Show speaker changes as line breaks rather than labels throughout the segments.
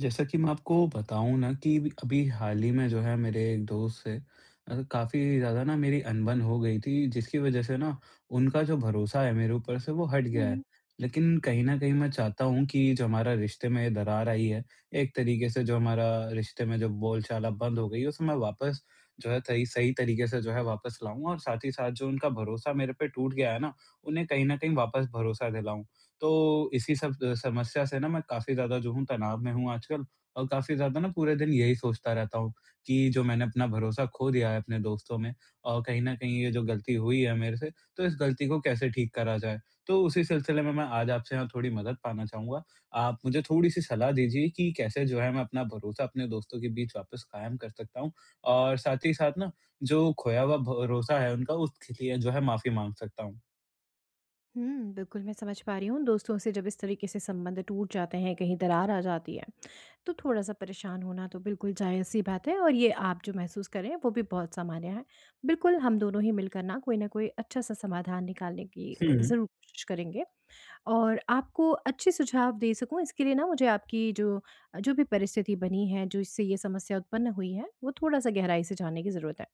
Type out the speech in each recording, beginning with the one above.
जैसा कि मैं आपको बताऊँ ना कि अभी हाल ही में जो है मेरे एक दोस्त से काफ़ी ज़्यादा ना मेरी अनबन हो गई थी, जिसकी वज़ह से ना उनका जो भरोसा है मेरे ऊपर से वो हट
हुँ,
गया
हुँ।
है। लेकिन कहीं न कहीं मैं चाहता हूँ कि जो हमारा रिश्ते में ये दरार आई है, एक तरीके से जो हमारा रिश्ते में जो बोलचाल अब बंद हो गई है उसे मैं वापस जो है तरी सही तरीके से जो है वापस लाऊँ, और साथ ही साथ जो उनका भरोसा मेरे पे टूट गया है ना, उन्हें कहीं न कहीं वापस भरोसा दिलाऊँ। तो इसी सब समस्या से ना मैं काफ़ी ज़्यादा जो हूँ तनाव में हूँ आजकल, और काफ़ी ज़्यादा ना पूरे दिन यही सोचता रहता हूँ कि जो मैंने अपना भरोसा खो दिया है अपने दोस्तों में, और कहीं न कहीं ये जो गलती हुई है मेरे से, तो इस गलती को कैसे ठीक करा जाए? तो उसी सिलसिले में मैं आज आपसे यहाँ थोड़ी मदद पाना चाहूँगा। आप मुझे थोड़ी-सी सलाह दीजिए कि कैसे जो है मैं अपना भरोसा अपने दोस्तों के बीच वापस कायम कर सकता हूँ? और साथ ही साथ ना जो खोया हुआ भरोसा है उनका, उसके लिए जो है माफ़ी माँग सकता हूँ।
बिल्कुल मैं समझ पा रही हूँ, दोस्तों से जब इस तरीके से संबंध टूट जाते हैं, कहीं दरार आ जाती है, तो थोड़ा-सा परेशान होना तो बिल्कुल जायज़-सी बात है और ये आप जो महसूस कर रहे हैं, वो भी बहुत सामान्य है। बिल्कुल हम दोनों ही मिलकर ना कोई न कोई अच्छा-सा समाधान निकालने की
हुँ,
ज़रूर कोशिश करेंगे। और आपको अच्छे सुझाव दे सकूँ इसके लिए ना मुझे आपकी जो जो भी परिस्थिति बनी है, जो इससे ये समस्या उत्पन्न हुई है, वो थोड़ा-सा गहराई से जानने की ज़रूरत है।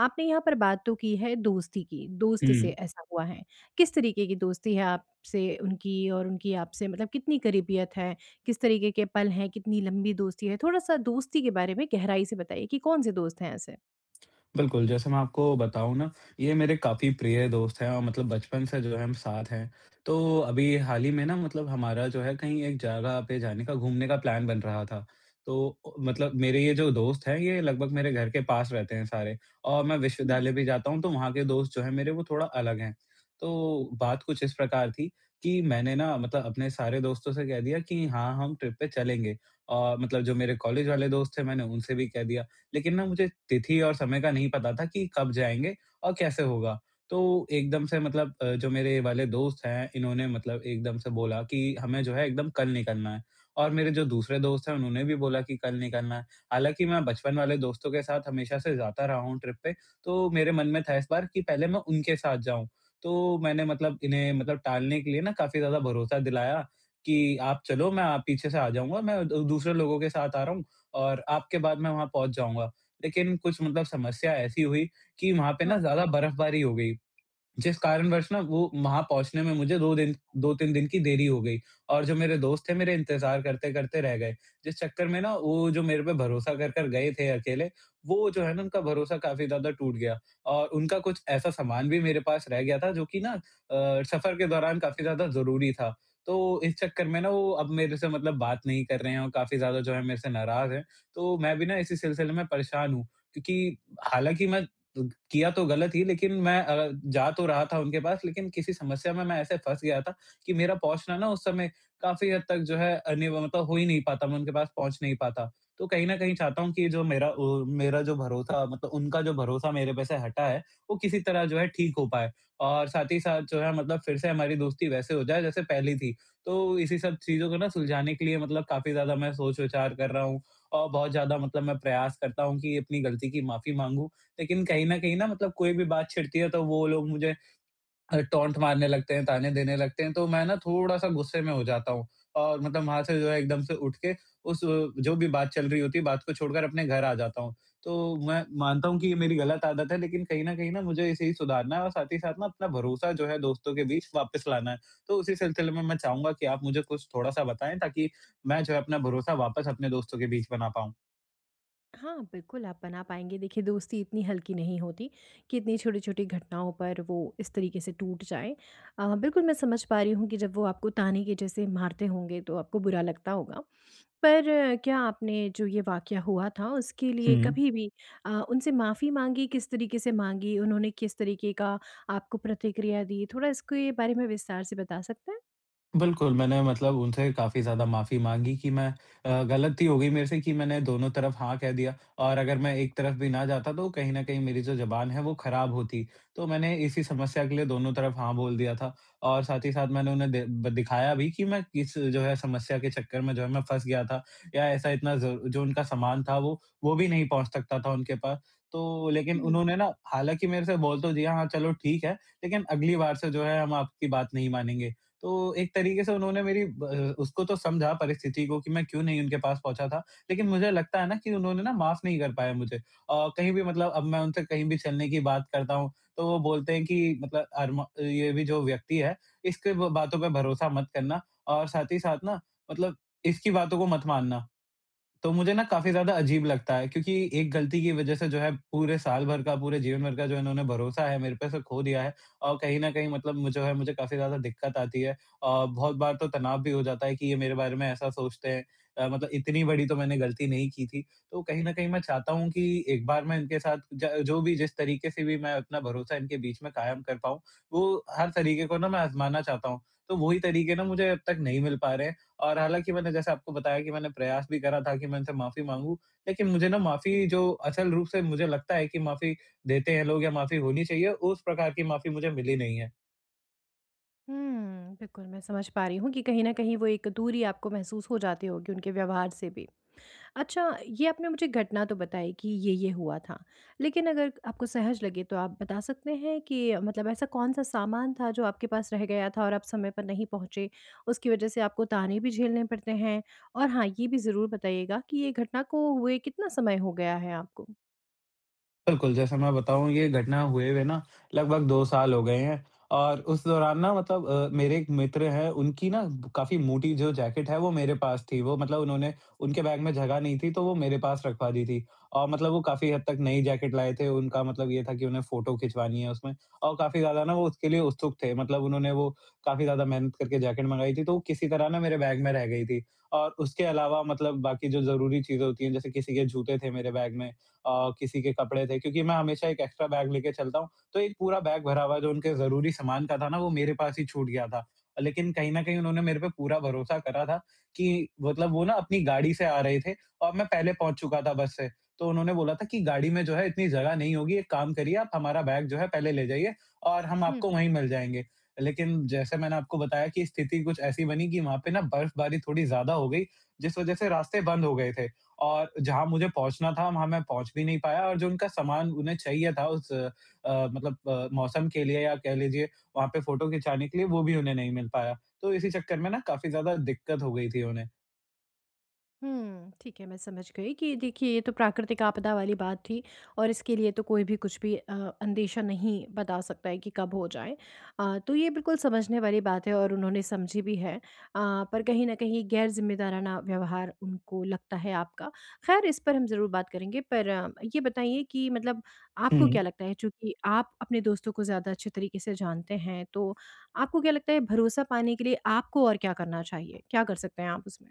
आपने यहाँ पर बात तो की है दोस्ती की, दोस्त से
हुँ।
ऐसा हुआ है। किस तरीके की दोस्ती है आपसे उनकी और उनकी आपसे मतलब कितनी करीबियत है? किस तरीके के पल हैं? कितनी लंबी दोस्ती है? थोड़ा-सा दोस्ती के बारे में गहराई से बताइए कि कौन से दोस्त हैं ऐसे?
बिल्कुल, जैसे मैं आपको बताऊँ ना, ये मेरे काफ़ी प्रिय दोस्त हैं और मतलब बचपन से जो है हम साथ हैं। तो अभी हाल ही में ना मतलब हमारा जो है कहीं एक जगह पे जाने का, घूमने का प्लान बन रहा था। तो मतलब मेरे ये जो दोस्त हैं, ये लगभग मेरे घर के पास रहते हैं सारे, और मैं
हुँ,
विश्वविद्यालय भी जाता हूँ, तो वहाँ के दोस्त जो हैं मेरे, वो थोड़ा अलग हैं। तो बात कुछ इस प्रकार थी कि मैंने ना मतलब अपने सारे दोस्तों से कह दिया कि हाँ, हम ट्रिप पे चलेंगे, और मतलब जो मेरे कॉलेज वाले दोस्त थे मैंने उनसे भी कह दिया। लेकिन ना मुझे तिथि और समय का नहीं पता था कि कब जाएँगे और कैसे होगा। तो एकदम से मतलब जो मेरे वाले दोस्त हैं, इन्होंने मतलब एकदम से बोला कि हमें जो है एकदम कल निकलना है, और मेरे जो दूसरे दोस्त हैं, उन्होंने भी बोला कि कल निकलना है। हालाँकि मैं बचपन वाले दोस्तों के साथ हमेशा से जाता रहा हूँ ट्रिप पे, तो मेरे मन में था इस बार कि पहले मैं उनके साथ जाऊँ। तो मैंने मतलब इन्हें मतलब टालने के लिए ना काफ़ी ज़्यादा भरोसा दिलाया कि आप चलो, मैं आप पीछे से आ जाऊँगा, मैं दू दूसरे लोगों के साथ आ रहा हूँ। और आपके बाद मैं वहाँ पहुँच जाऊँगा। लेकिन कुछ मतलब समस्या ऐसी हुई कि वहाँ पे ना
हाँ।
ज़्यादा बर्फ़बारी हो गई। जिस कारणवश ना वो वहाँ पहुँचने में मुझे 2 दिन, 2-3 दिन की देरी हो गई, और जो मेरे दोस्त थे मेरे इंतज़ार करते-करते रह गए। जिस चक्कर में ना वो जो मेरे पे भरोसा कर कर गए थे अकेले, वो जो है ना उनका भरोसा काफ़ी ज़्यादा टूट गया, और उनका कुछ ऐसा सामान भी मेरे पास रह गया था जो कि ना सफ़र के दौरान काफ़ी ज़्यादा ज़रूरी था। तो इस चक्कर में ना वो अब मेरे से मतलब बात नहीं कर रहे हैं, और काफ़ी ज़्यादा जो है मेरे से नाराज़ हैं। तो मैं भी ना इसी सिलसिले में परेशान हूँ, क्योंकि हालाँकि मैं किया तो गलत ही, लेकिन मैं जा तो रहा था उनके पास, लेकिन किसी समस्या में मैं ऐसे फँस गया था कि मेरा पहुँचना ना उस समय काफ़ी हद तक जो है अनिव मतलब हो ही नहीं पाता, मैं उनके पास पहुँच नहीं पाता। तो कहीं न कहीं चाहता हूँ कि जो मेरा जो भरोसा मतलब उनका जो भरोसा मेरे पे से हटा है, वो किसी तरह जो है ठीक हो पाए, और साथ ही साथ जो है मतलब फिर से हमारी दोस्ती वैसे हो जाए जैसे पहले थी। तो इसी सब चीज़ों को ना सुलझाने के लिए मतलब काफ़ी ज़्यादा मैं सोच-विचार कर रहा हूँ, और बहुत ज़्यादा मतलब मैं प्रयास करता हूँ कि अपनी गलती की माफ़ी माँगूँ, लेकिन कहीं न कहीं ना मतलब कोई भी बात छिड़ती है, तो वो लोग मुझे टॉन्ट मारने लगते हैं, ताने देने लगते हैं, तो मैं ना थोड़ा-सा गुस्से में हो जाता हूँ, और मतलब वहाँ से जो है एकदम से उठ के उस जो भी बात चल रही होती है, बात को छोड़कर अपने घर आ जाता हूँ। तो मैं मानता हूँ कि ये मेरी गलत आदत है, लेकिन कहीं न कहीं ना मुझे इसे ही सुधारना है, और साथ ही साथ ना अपना भरोसा जो है दोस्तों के बीच वापस लाना है। तो उसी सिलसिले में मैं चाहूँगा कि आप मुझे कुछ थोड़ा-सा बताएँ ताकि मैं जो है अपना भरोसा वापस अपने दोस्तों के बीच बना पाऊँ?
हाँ, बिल्कुल आप बना पाएँगे। देखिए दोस्ती इतनी हल्की नहीं होती कि इतनी छोटी-छोटी घटनाओं पर वो इस तरीके से टूट जाए। बिल्कुल मैं समझ पा रही हूँ कि जब वो आपको ताने के जैसे मारते होंगे तो आपको बुरा लगता होगा। पर क्या आपने जो ये वाक़या हुआ था उसके लिए
हुँ।
कभी भी उनसे माफ़ी माँगी? किस तरीके से माँगी? उन्होंने किस तरीके का आपको प्रतिक्रिया दी? थोड़ा इसके बारे में विस्तार से बता सकते हैं?
बिल्कुल, मैंने मतलब उनसे काफ़ी ज़्यादा माफ़ी माँगी कि मैं गलती हो गई मेरे से कि मैंने दोनों तरफ हाँ कह दिया, और अगर मैं एक तरफ भी ना जाता तो कहीं न कहीं मेरी जो ज़ुबान है वो ख़राब होती। तो मैंने इसी समस्या के लिए दोनों तरफ हाँ बोल दिया था, और साथ ही साथ मैंने उन्हें दे ब दिखाया भी कि मैं किस जो है समस्या के चक्कर में जो है मैं फँस गया था, या ऐसा इतना ज़ जो उनका सामान था वो भी नहीं पहुँच सकता था उनके पास। तो लेकिन
हुँ।
उन्होंने ना, हालाँकि मेरे से बोल तो दिया हाँ, चलो ठीक है, लेकिन अगली बार से जो है हम आपकी बात नहीं मानेंगे। तो एक तरीके से उन्होंने मेरी ब उसको तो समझा परिस्थिति को कि मैं क्यों नहीं उनके पास पहुँचा था। लेकिन मुझे लगता है ना कि उन्होंने ना माफ़ नहीं कर पाए मुझे। कहीं भी मतलब अब मैं उनसे कहीं भी चलने की बात करता हूँ, तो वो बोलते हैं कि मतलब अरमा ये भी जो व्यक्ति है, इसके ब बातों पे भरोसा मत करना, और साथ ही साथ ना मतलब इसकी बातों को मत मानना। तो मुझे ना काफ़ी ज़्यादा अजीब लगता है, क्योंकि एक गलती की वज़ह से जो है पूरे साल भर का, पूरे जीवन भर का जो इन्होंने भरोसा है मेरे पे सब खो दिया है, और कहीं न कहीं मतलब मु जो है मुझे काफ़ी ज़्यादा दिक्कत आती है। बहुत बार तो तनाव भी हो जाता है कि ये मेरे बारे में ऐसा सोचते हैं, मतलब इतनी बड़ी तो मैंने गलती नहीं की थी। तो कहीं न कहीं मैं चाहता हूँ कि एक बार मैं इनके साथ ज जो भी जिस तरीके से भी मैं अपना भरोसा इनके बीच में कायम कर पाऊँ, वो हर तरीके को ना मैं आज़माना चाहता हूँ। तो वही तरीके ना मुझे अब तक नहीं मिल पा रहे हैं। और हालाँकि मैंने जैसे आपको बताया कि मैंने प्रयास भी करा था कि मैं उनसे माफ़ी माँगूँ, लेकिन मुझे ना माफ़ी जो असल रूप से मुझे लगता है कि माफ़ी देते हैं लोग या माफ़ी होनी चाहिए, उस प्रकार की माफ़ी मुझे मिली नहीं है।
बिल्कुल मैं समझ पा रही हूँ कि कहीं न कहीं वो एक दूरी आपको महसूस हो जाती होगी उनके व्यवहार से भी। अच्छा, ये आपने मुझे घटना तो बताई कि ये हुआ था। लेकिन अगर आपको सहज लगे तो आप बता सकते हैं कि मतलब ऐसा कौन-सा सामान था जो आपके पास रह गया था और आप समय पर नहीं पहुँचे? उसकी वज़ह से आपको ताने भी झेलने पड़ते हैं? और हाँ, ये भी ज़रूर बताइएगा कि ये घटना को हुए कितना समय हो गया है आपको?
बिल्कुल, जैसा मैं बताऊँ ये घटना हुए हुए ना लगभग 2 साल हो गए हैं, और उस दौरान ना मतलब मेरे एक मित्र हैं, उनकी ना काफ़ी मोटी जो जैकेट है वो मेरे पास थी। वो मतलब उन्होंने उनके बैग में जगह नहीं थी, तो वो मेरे पास रखवा दी थी, और मतलब वो काफ़ी हद तक नई जैकेट लाए थे। उनका मतलब ये था कि उन्हें फ़ोटो खिंचवानी है उसमें, और काफ़ी ज़्यादा ना वो उसके लिए उत्सुक थे। मतलब उन्होंने वो काफ़ी ज़्यादा मेहनत करके जैकेट मँगाई थी, तो वो किसी तरह ना मेरे बैग में रह गई थी, और उसके अलावा मतलब बाकी जो ज़रूरी चीज़ें होती हैं, जैसे किसी के जूते थे मेरे बैग में, किसी के कपड़े थे, क्योंकि मैं हमेशा एक एक्स्ट्रा बैग लेके चलता हूँ, तो एक पूरा बैग भरा हुआ जो उनके ज़रूरी सामान का था ना, वो मेरे पास ही छूट गया था। लेकिन कहीं न कहीं उन्होंने मेरे पे पूरा भरोसा करा था कि मतलब वो ना अपनी गाड़ी से आ रहे थे, और मैं पहले पहुँच चुका था बस से। तो उन्होंने बोला था कि गाड़ी में जो है इतनी जगह नहीं होगी, एक काम करिए, आप हमारा बैग जो है पहले ले जाइए, और हम आपको वहीं मिल जाएँगे। लेकिन जैसे मैंने आपको बताया कि स्थिति कुछ ऐसी बनी कि वहाँ पे ना बर्फ़बारी थोड़ी ज़्यादा हो गई, जिस वज़ह से रास्ते बंद हो गए थे। और जहाँ मुझे पहुँचना था, वहाँ मैं पहुँच भी नहीं पाया, और जो उनका सामान उन्हें चाहिए था उस मतलब मौसम के लिए, या कह लीजिए वहाँ पे फ़ोटो खिंचाने के लिए, वो भी उन्हें नहीं मिल पाया। तो इसी चक्कर में ना काफ़ी ज़्यादा दिक्कत हो गई थी उन्हें।
ठीक है, मैं समझ गई कि देखिए ये तो प्राकृतिक आपदा वाली बात थी और इसके लिए तो कोई भी कुछ भी अंदेशा नहीं बता सकता है कि कब हो जाए। तो ये बिल्कुल समझने वाली बात है और उन्होंने समझी भी है। पर कहीं न कहीं गैर ज़िम्मेदाराना व्यवहार उनको लगता है आपका। ख़ैर इस पर हम ज़रूर बात करेंगे पर ये बताइए कि मतलब
हुँ।
आपको क्या लगता है चूँकि आप अपने दोस्तों को ज़्यादा अच्छे तरीके से जानते हैं, तो आपको क्या लगता है भरोसा पाने के लिए आपको और क्या करना चाहिए? क्या कर सकते हैं आप उसमें?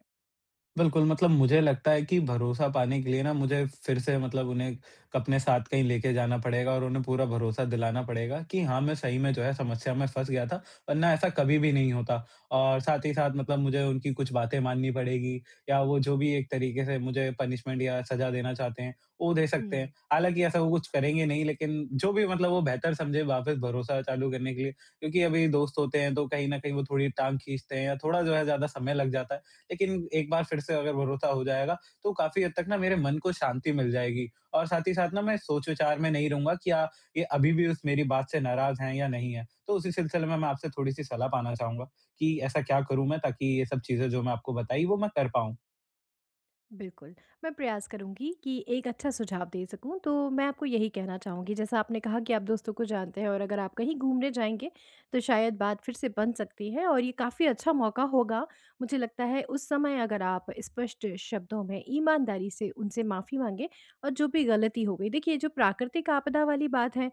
बिल्कुल, मतलब मुझे लगता है कि भरोसा पाने के लिए ना मुझे फिर से मतलब उन्हें अपने साथ कहीं लेके जाना पड़ेगा, और उन्हें पूरा भरोसा दिलाना पड़ेगा कि हाँ, मैं सही में जो है समस्या में फँस गया था, वरना ऐसा कभी भी नहीं होता। और साथ ही साथ मतलब मुझे उनकी कुछ बातें माननी पड़ेगी, या वो जो भी एक तरीके से मुझे पनिशमेंट या सज़ा देना चाहते हैं, वो दे सकते हैं। हालाँकि ऐसा वो कुछ करेंगे नहीं, लेकिन जो भी मतलब वो बेहतर समझे वापस भरोसा चालू करने के लिए, क्योंकि अभी दोस्त होते हैं तो कहीं न कहीं वो थोड़ी टाँग खींचते हैं, या थोड़ा जो है ज़्यादा समय लग जाता है। लेकिन एक बार फिर से अगर भरोसा हो जाएगा, तो काफ़ी हद तक ना मेरे मन को शांति मिल जाएगी, और साथ ही साथ ना मैं सोच-विचार में नहीं रहूँगा कि ये अभी भी उस मेरी बात से नाराज़ हैं या नहीं हैं। तो उसी सिलसिले में मैं आपसे थोड़ी-सी सलाह पाना चाहूँगा कि ऐसा क्या करूँ मैं ताकि ये सब चीज़ें जो मैं आपको बताई वो मैं कर पाऊँ?
बिल्कुल, मैं प्रयास करूँगी कि एक अच्छा सुझाव दे सकूँ, तो मैं आपको यही कहना चाहूँगी जैसा आपने कहा कि आप दोस्तों को जानते हैं और अगर आप कहीं घूमने जाएँगे, तो शायद बात फिर से बन सकती है और ये काफ़ी अच्छा मौका होगा। मुझे लगता है उस समय अगर आप स्पष्ट शब्दों में ईमानदारी से उनसे माफ़ी माँगे और जो भी गलती हो गई देखिए जो प्राकृतिक आपदा वाली बात है,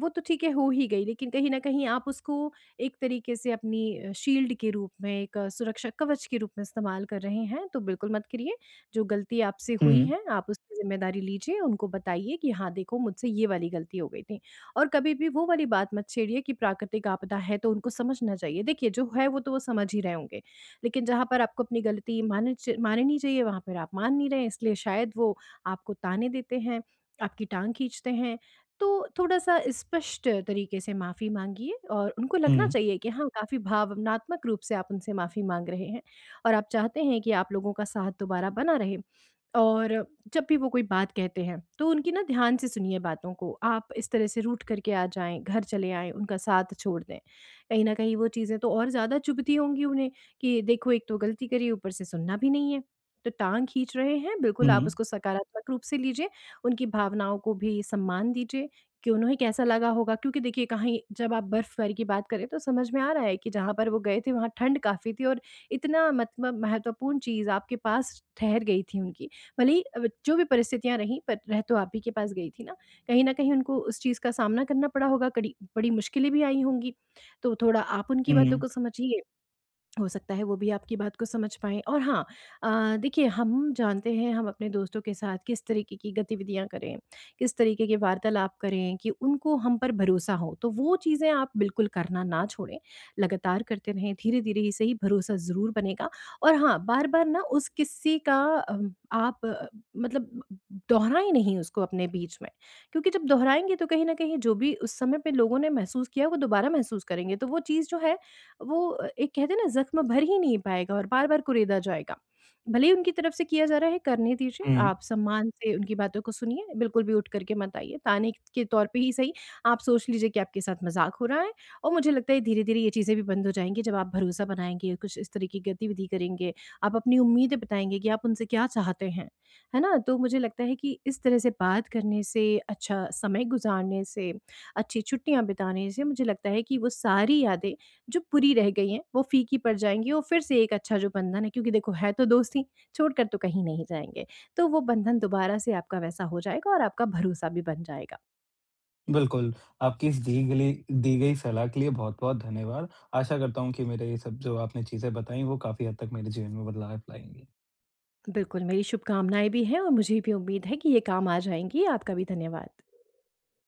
वो तो ठीक है हो ही गई लेकिन कहीं न कहीं आप उसको एक तरीके से अपनी शील्ड के रूप में, एक सुरक्षा कवच के रूप में इस्तेमाल कर रहे हैं, तो बिल्कुल मत करिए। जो गलती आपसे हुई
हुँ,
है आप उसकी ज़िम्मेदारी लीजिए, उनको बताइए कि हाँ, देखो मुझसे ये वाली गलती हो गई थी। और कभी भी वो वाली बात मत छेड़िए कि प्राकृतिक आपदा है तो उनको समझना चाहिए। देखिए जो है वो तो वो समझ ही रहे होंगे, लेकिन जहाँ पर आपको अपनी गलती माननी चाहिए वहाँ पर आप मान नहीं रहे, इसलिए शायद वो आपको ताने देते हैं, आपकी टाँग खींचते हैं। तो थोड़ा-सा स्पष्ट तरीके से माफ़ी माँगिए और उनको लगना
हुँ,
चाहिए कि हाँ, काफ़ी भावनात्मक रूप से आप उनसे माफ़ी माँग रहे हैं। और आप चाहते हैं कि आप लोगों का साथ दोबारा बना रहे। और जब भी वो कोई बात कहते हैं, तो उनकी ना ध्यान से सुनिए बातों को। आप इस तरह से रूठ करके आ जाएँ, घर चले आएँ, उनका साथ छोड़ दें। कहीं न कहीं वो चीज़ें तो और ज़्यादा चुभती होंगी उन्हें कि देखो एक तो गलती करी, ऊपर से सुनना भी नहीं है। तो टाँग खींच रहे हैं, बिल्कुल आप
हुँ,
उसको सकारात्मक रूप से लीजिए, उनकी भावनाओं को भी सम्मान दीजिए कि उन्हें कैसा लगा होगा। क्योंकि देखिए कहीं जब आप बर्फ़बारी की बात करें तो समझ में आ रहा है कि जहाँ पर वो गए थे वहाँ ठंड काफ़ी थी और इतना मतलब महत्वपूर्ण चीज़ आपके पास ठहर गई थी उनकी। भले ही जो भी परिस्थितियाँ रहीं पर रह तो आप ही के पास गई थी ना। कहीं न कहीं उनको उस चीज़ का सामना करना पड़ा होगा, कड़ी बड़ी मुश्किलें भी आई होंगी। तो थोड़ा आप उनकी बातों
हुँ,
को समझिए। हो सकता है वो भी आपकी बात को समझ पाएँ और हाँ, देखिए हम जानते हैं हम अपने दोस्तों के साथ किस तरीके की गतिविधियाँ करें, किस तरीके के वार्तालाप करें कि उनको हम पर भरोसा हो। तो वो चीज़ें आप बिल्कुल करना ना छोड़ें, लगातार करते रहें, धीरे-धीरे ही सही भरोसा ज़रूर बनेगा और हाँ, बार-बार ना उस किस्से का आप मतलब दोहराएँ नहीं उसको अपने बीच में क्योंकि जब दोहराएँगे तो कहीं न कहीं जो भी उस समय पे लोगों ने महसूस किया, वो दोबारा महसूस करेंगे। तो वो चीज़ जो है वो एक कहते हैं ना ज़ख्म भर ही नहीं पाएगा और बार-बार कुरेदा जाएगा। भले ही उनकी तरफ से किया जा रहा है, करने दीजिए,
हुँ,
आप सम्मान से उनकी बातों को सुनिए, बिल्कुल भी उठ कर के मत आइए। ताने के तौर पे ही सही, आप सोच लीजिए कि आपके साथ मज़ाक हो रहा है और मुझे लगता है धीरे-धीरे ये चीज़ें भी बंद हो जाएँगी जब आप भरोसा बनाएँगे, कुछ इस तरह की गतिविधि करेंगे, आप अपनी उम्मीदें बताएँगे कि आप उनसे क्या चाहते हैं, है ना? तो मुझे लगता है कि इस तरह से बात करने से, अच्छा समय गुज़ारने से, अच्छी छुट्टियाँ बिताने से मुझे लगता है कि वो सारी यादें जो पूरी रह गई हैं, वो फीकी पड़ जाएँगी और फिर से एक अच्छा जो बंधन है क्योंकि देखो है तो दोस्त ही, छोड़कर तो कहीं नहीं जाएँगे। तो वो बंधन दोबारा से आपका वैसा हो जाएगा और आपका भरोसा भी बन जाएगा।
बिल्कुल। आपकी इस दी गई सलाह के लिए बहुत-बहुत धन्यवाद। आशा करता हूँ कि मेरे ये सब जो आपने चीज़ें बताई वो काफ़ी हद तक मेरे जीवन में बदलाव लाएँगी।
बिल्कुल, मेरी शुभकामनाएँ भी हैं और मुझे भी उम्मीद है कि ये काम आ जाएँगी। आपका भी धन्यवाद।